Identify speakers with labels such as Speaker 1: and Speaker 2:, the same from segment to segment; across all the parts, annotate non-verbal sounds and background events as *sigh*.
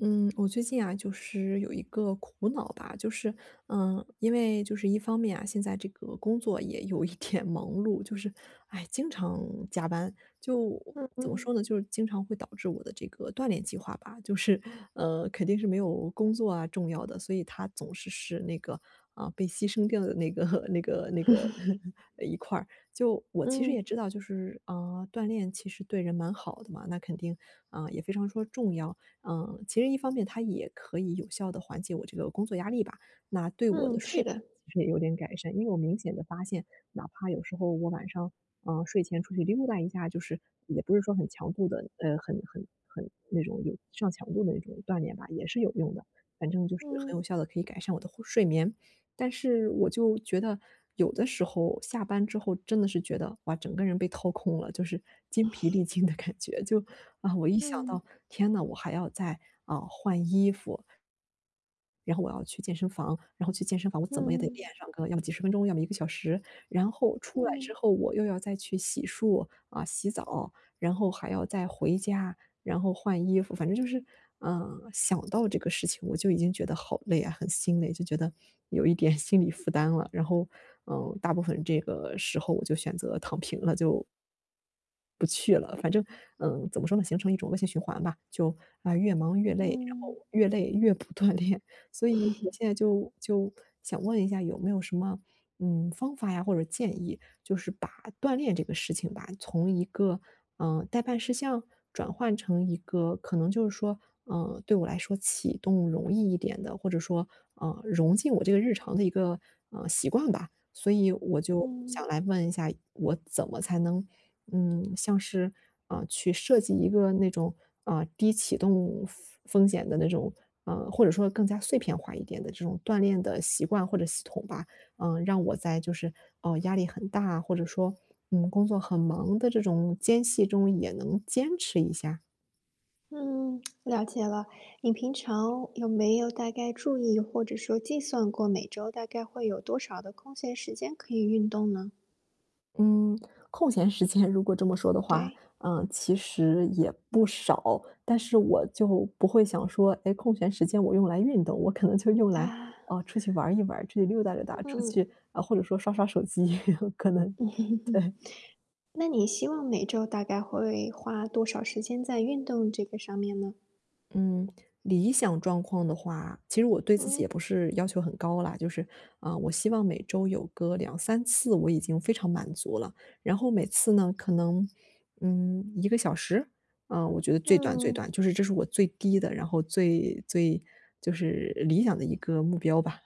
Speaker 1: 嗯，我最近啊，就是有一个苦恼吧，就是，因为就是一方面啊，现在这个工作也有一点忙碌，就是，哎，经常加班，就
Speaker 2: 嗯
Speaker 1: 怎么说呢，
Speaker 2: 嗯
Speaker 1: 就是经常会导致我的这个锻炼计划吧，就是，肯定是没有工作啊重要的，所以它总是是那个啊、被牺牲掉的那个 *laughs* 那个
Speaker 2: *laughs*，
Speaker 1: *laughs* 一块儿。就我其实
Speaker 2: 嗯
Speaker 1: 也知道，就是啊、锻炼其实对人蛮好的嘛，那肯定啊、也非常说重要。其实一方面它也可以有效的缓解我这个工作压力吧，那对我的
Speaker 2: 嗯，
Speaker 1: 睡
Speaker 2: 是
Speaker 1: 眠
Speaker 2: 的，
Speaker 1: 其实也有点改善。因为我明显的发现，哪怕有时候我晚上，睡前出去溜达一下，就是也不是说很强度的，很那种有上强度的那种锻炼吧，也是有用的。反正就是很
Speaker 2: 嗯
Speaker 1: 有效的可以改善我的呼睡眠。但是我就觉得有的时候下班之后真的是觉得，哇，整个人被掏空了，就是筋疲力尽的感觉，就我一想
Speaker 2: 嗯
Speaker 1: 到，天呐，我还要再，换衣服然后我要去健身房，然后去健身房我怎么也得练
Speaker 2: 嗯
Speaker 1: 上个要么几十分钟，要么一个小时。然后出来之
Speaker 2: 嗯
Speaker 1: 后我又要再去洗漱，洗澡，然后还要再回家，然后换衣服。反正就是，想到这个事情我就已经觉得好累啊，很心累，就觉得有一点心理负担了。然后，大部分这个时候我就选择躺平了，就不去了。反正，怎么说呢，形成一种恶性循环吧，就越忙越累，然后
Speaker 2: 嗯
Speaker 1: 越累越不锻炼。所以我
Speaker 2: *laughs*
Speaker 1: 现在就想问一下，有没有什么方法呀，或者建议，就是把锻炼这个事情吧，从一个代办事项转换成一个可能就是说，对我来说启动容易一点的，或者说，融进我这个日常的一个习惯吧。所以我就
Speaker 2: 嗯
Speaker 1: 想来问一下，我怎么才能，像是，去设计一个那种，低启动风险的那种，或者说更加碎片化一点的这种锻炼的习惯或者系统吧。让我在就是压力很大，或者说，工作很忙的这种间隙中也能坚持一下。
Speaker 2: 嗯，了解了。你平常有没有大概注意或者说计算过每周大概会有多少的空闲时间可以运动呢？
Speaker 1: 嗯，空闲时间如果这么说的话，
Speaker 2: 对，
Speaker 1: 其实也不少，但是我就不会想说，哎，空闲时间我用来运动，我可能就用来，
Speaker 2: 啊，
Speaker 1: 出去玩儿一玩儿出去溜达溜达，出
Speaker 2: 嗯，
Speaker 1: 去或者说刷刷手机，*laughs* 可能，对，
Speaker 2: *laughs* 那你希望每周大概会花多少时间在运动这个上面呢？
Speaker 1: 嗯，理想状况的话，其实我对自己也不
Speaker 2: 嗯
Speaker 1: 是要求很高啦，就是，我希望每周有个两三次我已经非常满足了。然后每次呢，可能，一个小时，我觉得最短最
Speaker 2: 嗯。
Speaker 1: 短，就是这是我最低的，然后最最就是理想的一个目标吧。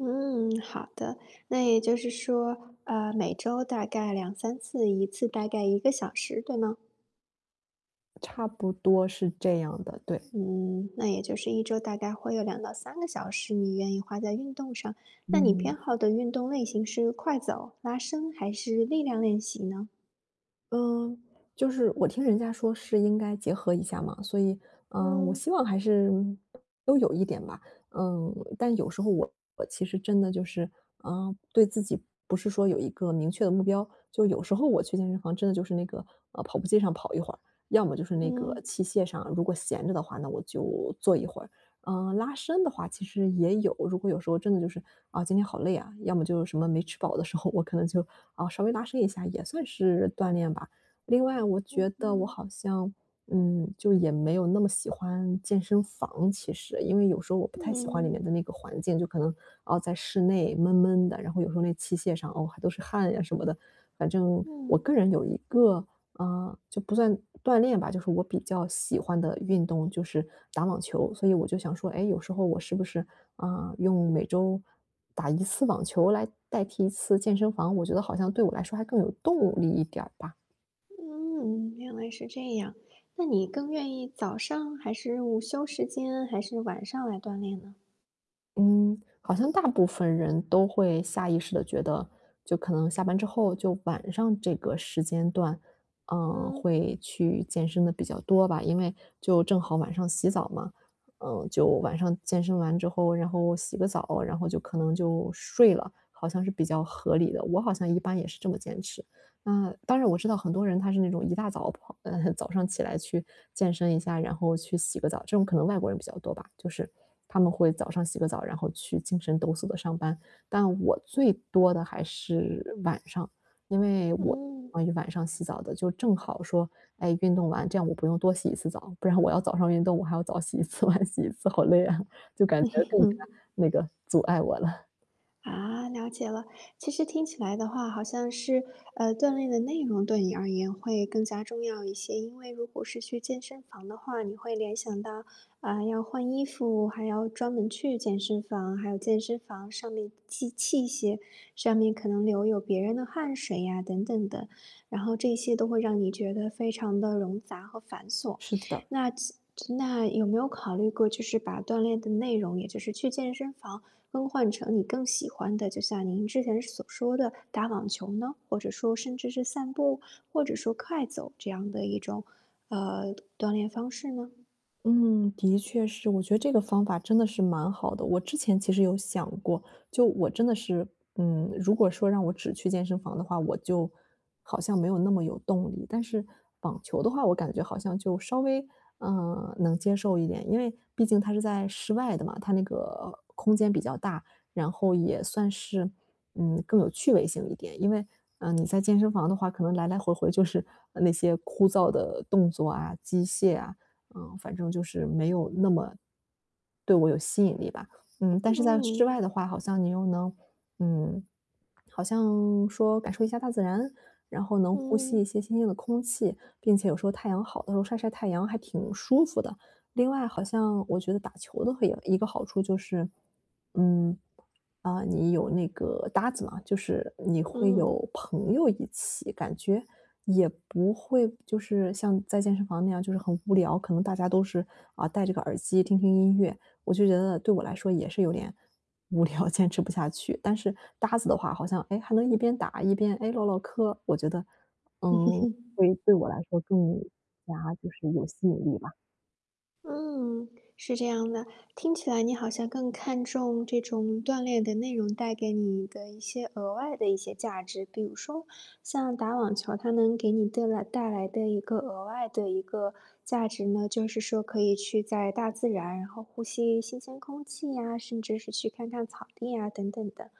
Speaker 2: 嗯，好的。那也就是说，每周大概两三次，一次大概一个小时，对吗？
Speaker 1: 差不多是这样的，对。
Speaker 2: 嗯，那也就是一周大概会有两到三个小时，你愿意花在运动上。那你偏
Speaker 1: 嗯，
Speaker 2: 好的运动类型是快走、拉伸还是力量练习呢？
Speaker 1: 嗯，就是我听人家说是应该结合一下嘛，所以，我
Speaker 2: 嗯，
Speaker 1: 希望还是都有一点吧。但有时候我其实真的就是，对自己不是说有一个明确的目标，就有时候我去健身房真的就是那个跑步机上跑一会儿，要么就是那个
Speaker 2: 嗯，
Speaker 1: 器械上，如果闲着的话，那我就坐一会儿。拉伸的话其实也有，如果有时候真的就是，今天好累啊，要么就是什么没吃饱的时候，我可能就，稍微拉伸一下，也算是锻炼吧。另外我
Speaker 2: 嗯
Speaker 1: 觉得我
Speaker 2: 嗯，
Speaker 1: 好像，就也没有那么喜欢健身房，其实，因为有时候我不太喜欢里面
Speaker 2: 嗯，
Speaker 1: 的那个环境，就可能在室内闷闷的，然后有时候那器械上，还都是汗呀什么的。反正我
Speaker 2: 嗯，
Speaker 1: 个人有一个就不算锻炼吧，就是我比较喜欢的运动就是打网球，所以我就想说，哎，有时候我是不是，用每周打一次网球来代替一次健身房，我觉得好像对我来说还更有动力一点儿吧。
Speaker 2: 嗯，原来是这样。那你更愿意早上还是午休时间，还是晚上来锻炼呢？
Speaker 1: 嗯，好像大部分人都会下意识的觉得，就可能下班之后，就晚上这个时间段，
Speaker 2: 嗯，
Speaker 1: 会去健身的比较多吧。因为就正好晚上洗澡嘛，就晚上健身完之后，然后洗个澡，然后就可能就睡了，好像是比较合理的。我好像一般也是这么坚持。当然我知道很多人他是那种一大早早上起来去健身一下，然后去洗个澡，这种可能外国人比较多吧，就是他们会早上洗个澡，然后去精神抖擞的上班。但我最多的还是晚上，因为我
Speaker 2: 嗯。
Speaker 1: 关于晚上洗澡的，就正好说，哎，运动完，这样我不用多洗一次澡，不然我要早上运动，我还要早洗一次，*laughs* 晚洗一次，好累啊，就感觉更加那个阻碍我了。*laughs*
Speaker 2: 啊，了解了。其实听起来的话，好像是锻炼的内容对你而言会更加重要一些。因为如果是去健身房的话，你会联想到要换衣服，还要专门去健身房，还有健身房上面器械上面可能留有别人的汗水呀、等等的，然后这些都会让你觉得非常的冗杂和繁琐。
Speaker 1: 是的。
Speaker 2: 那其那有没有考虑过，就是把锻炼的内容，也就是去健身房？更换成你更喜欢的，就像您之前所说的打网球呢，或者说甚至是散步，或者说快走这样的一种，锻炼方式呢？
Speaker 1: 嗯，的确是，我觉得这个方法真的是蛮好的。我之前其实有想过，就我真的是，如果说让我只去健身房的话，我就好像没有那么有动力。但是网球的话，我感觉好像就稍微，能接受一点，因为毕竟它是在室外的嘛，它那个空间比较大，然后也算是，更有趣味性一点。因为，你在健身房的话，可能来来回回就是那些枯燥的动作啊、机械啊。反正就是没有那么对我有吸引力吧。但是在室
Speaker 2: 嗯，
Speaker 1: 外的话，好像你又能，嗯，好像说感受一下大自然，然后能呼吸
Speaker 2: 嗯，
Speaker 1: 一些新鲜的空气，并且有时候太阳好的时候晒晒太阳还挺舒服的。另外好像我觉得打球的会有一个好处就是，嗯，你有那个搭子嘛，就是你会
Speaker 2: 嗯。
Speaker 1: 有朋友一起，感觉也不会就是像在健身房那样就是很无聊，可能大家都是戴着个耳机听听音乐，我就觉得对我来说也是有点无聊，坚持不下去。但是搭子的话，好像哎还能一边打一边哎唠唠嗑，我觉得嗯会对我来说更加就是有吸引力吧。
Speaker 2: 嗯，是这样的，听起来你好像更看重这种锻炼的内容带给你的一些额外的一些价值，比如说像打网球，它能给你带来的一个额外的一个价值呢，就是说可以去在大自然，然后呼吸新鲜空气呀，甚至是去看看草地呀等等的。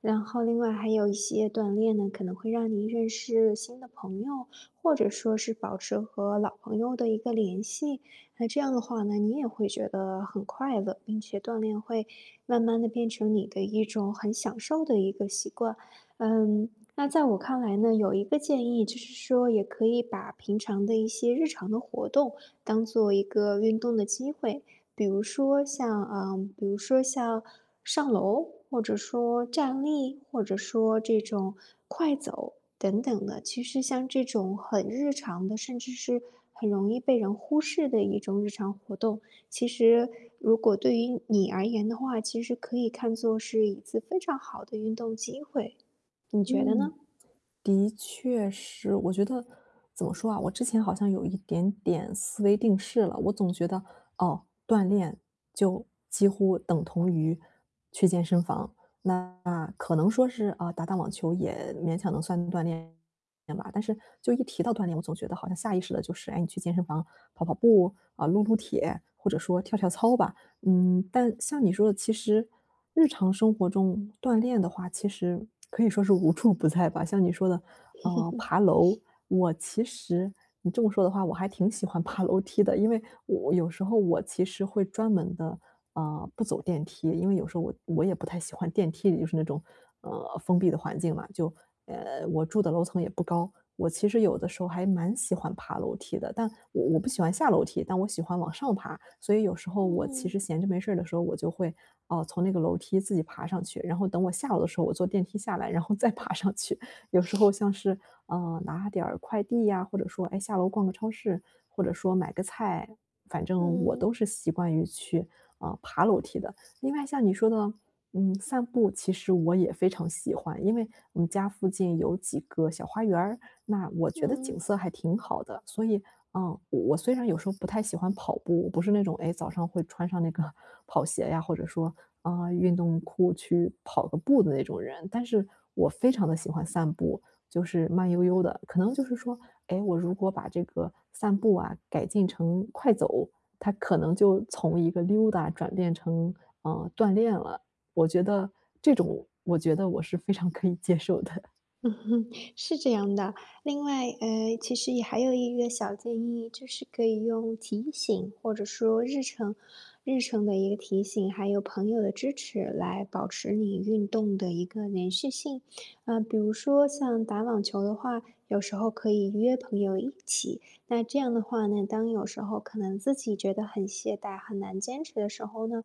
Speaker 2: 然后另外还有一些锻炼呢，可能会让你认识新的朋友，或者说是保持和老朋友的一个联系。那这样的话呢，你也会觉得很快乐，并且锻炼会慢慢的变成你的一种很享受的一个习惯。嗯，那在我看来呢，有一个建议就是说，也可以把平常的一些日常的活动当做一个运动的机会，比如说像上楼，或者说站立，或者说这种快走等等的。其实像这种很日常的，甚至是很容易被人忽视的一种日常活动，其实如果对于你而言的话，其实可以看作是一次非常好的运动机会，你觉得
Speaker 1: 嗯。
Speaker 2: 呢？
Speaker 1: 的确是，我觉得怎么说啊，我之前好像有一点点思维定式了，我总觉得哦，锻炼就几乎等同于去健身房，那可能说是啊，打打网球也勉强能算锻炼吧，但是就一提到锻炼，我总觉得好像下意识的就是，哎，你去健身房跑跑步啊，撸撸铁，或者说跳跳操吧，但像你说的，其实日常生活中锻炼的话，其实可以说是无处不在吧。像你说的，爬楼，我其实你这么说的话，我还挺喜欢爬楼梯的，因为我有时候我其实会专门的不走电梯，因为有时候我也不太喜欢电梯里就是那种，封闭的环境嘛，就我住的楼层也不高，我其实有的时候还蛮喜欢爬楼梯的，但我不喜欢下楼梯，但我喜欢往上爬，所以有时候我其
Speaker 2: 嗯
Speaker 1: 实闲着没事儿的时候，我就会，哦，从那个楼梯自己爬上去，然后等我下楼的时候，我坐电梯下来，然后再 *laughs* 爬上去。有时候像是，拿点儿快递呀，或者说，哎，下楼逛个超市，或者说买个菜，反正我
Speaker 2: 嗯
Speaker 1: 都是习惯于去爬楼梯的。另外像你说的，散步其实我也非常喜欢，因为我们家附近有几个小花园儿，那我觉得景
Speaker 2: 嗯。
Speaker 1: 色还挺好的，所以，我虽然有时候不太喜欢跑步，我不是那种，哎早上会穿上那个 *laughs* 跑鞋呀，或者说，运动裤去跑个步的那种人，但是我非常的喜欢散步，就是慢悠悠的。可能就是说，哎，我如果把这个散步啊，改进成快走，它可能就从一个溜达转变成，锻炼了。我觉得这种我觉得我是非常可以接受的。
Speaker 2: 嗯哼，是这样的。另外，其实也还有一个小建议，就是可以用提醒，或者说日程的一个提醒，还有朋友的支持来保持你运动的一个连续性。比如说像打网球的话，有时候可以约朋友一起。那这样的话呢，当有时候可能自己觉得很懈怠、很难坚持的时候呢，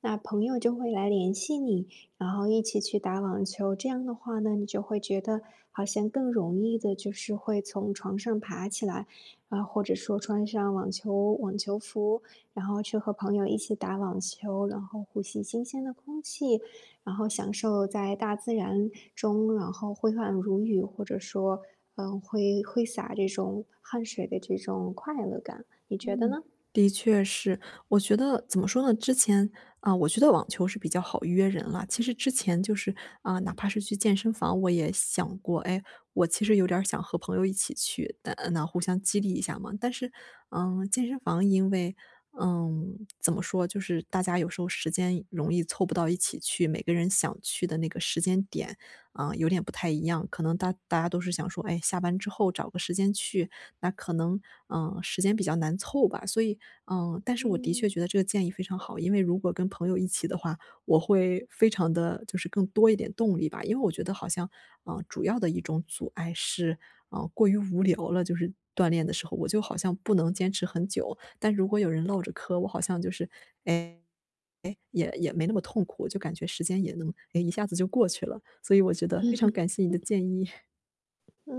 Speaker 2: 那朋友就会来联系你。然后一起去打网球，这样的话呢，你就会觉得好像更容易的，就是会从床上爬起来，啊，或者说穿上网球服，然后去和朋友一起打网球，然后呼吸新鲜的空气，然后享受在大自然中，然后挥汗如雨，或者说，挥洒这种汗水的这种快乐感，你觉得
Speaker 1: 嗯，
Speaker 2: 呢？
Speaker 1: 的确是。我觉得怎么说呢？之前啊、我觉得网球是比较好约人了。其实之前就是哪怕是去健身房，我也想过，哎，我其实有点儿想和朋友一起去，但那互相激励一下嘛。但是，健身房因为怎么说，就是大家有时候时间容易凑不到一起去，每个人想去的那个时间点啊、有点不太一样。可能大家都是想说，哎，下班之后找个时间去，那可能，时间比较难凑吧。所以，但是我的确
Speaker 2: 嗯。
Speaker 1: 觉得这个建议非常好，因为如果跟朋友一起的话，我会非常的，就是更多一点动力吧。因为我觉得好像，主要的一种阻碍是，过于无聊了，就是锻炼的时候，我就好像不能坚持很久。但如果有人唠着嗑，我好像就是，哎，也没那么痛苦，就感觉时间也能，哎，一下子就过去了。所以我觉得非常感谢你的建议。
Speaker 2: 嗯。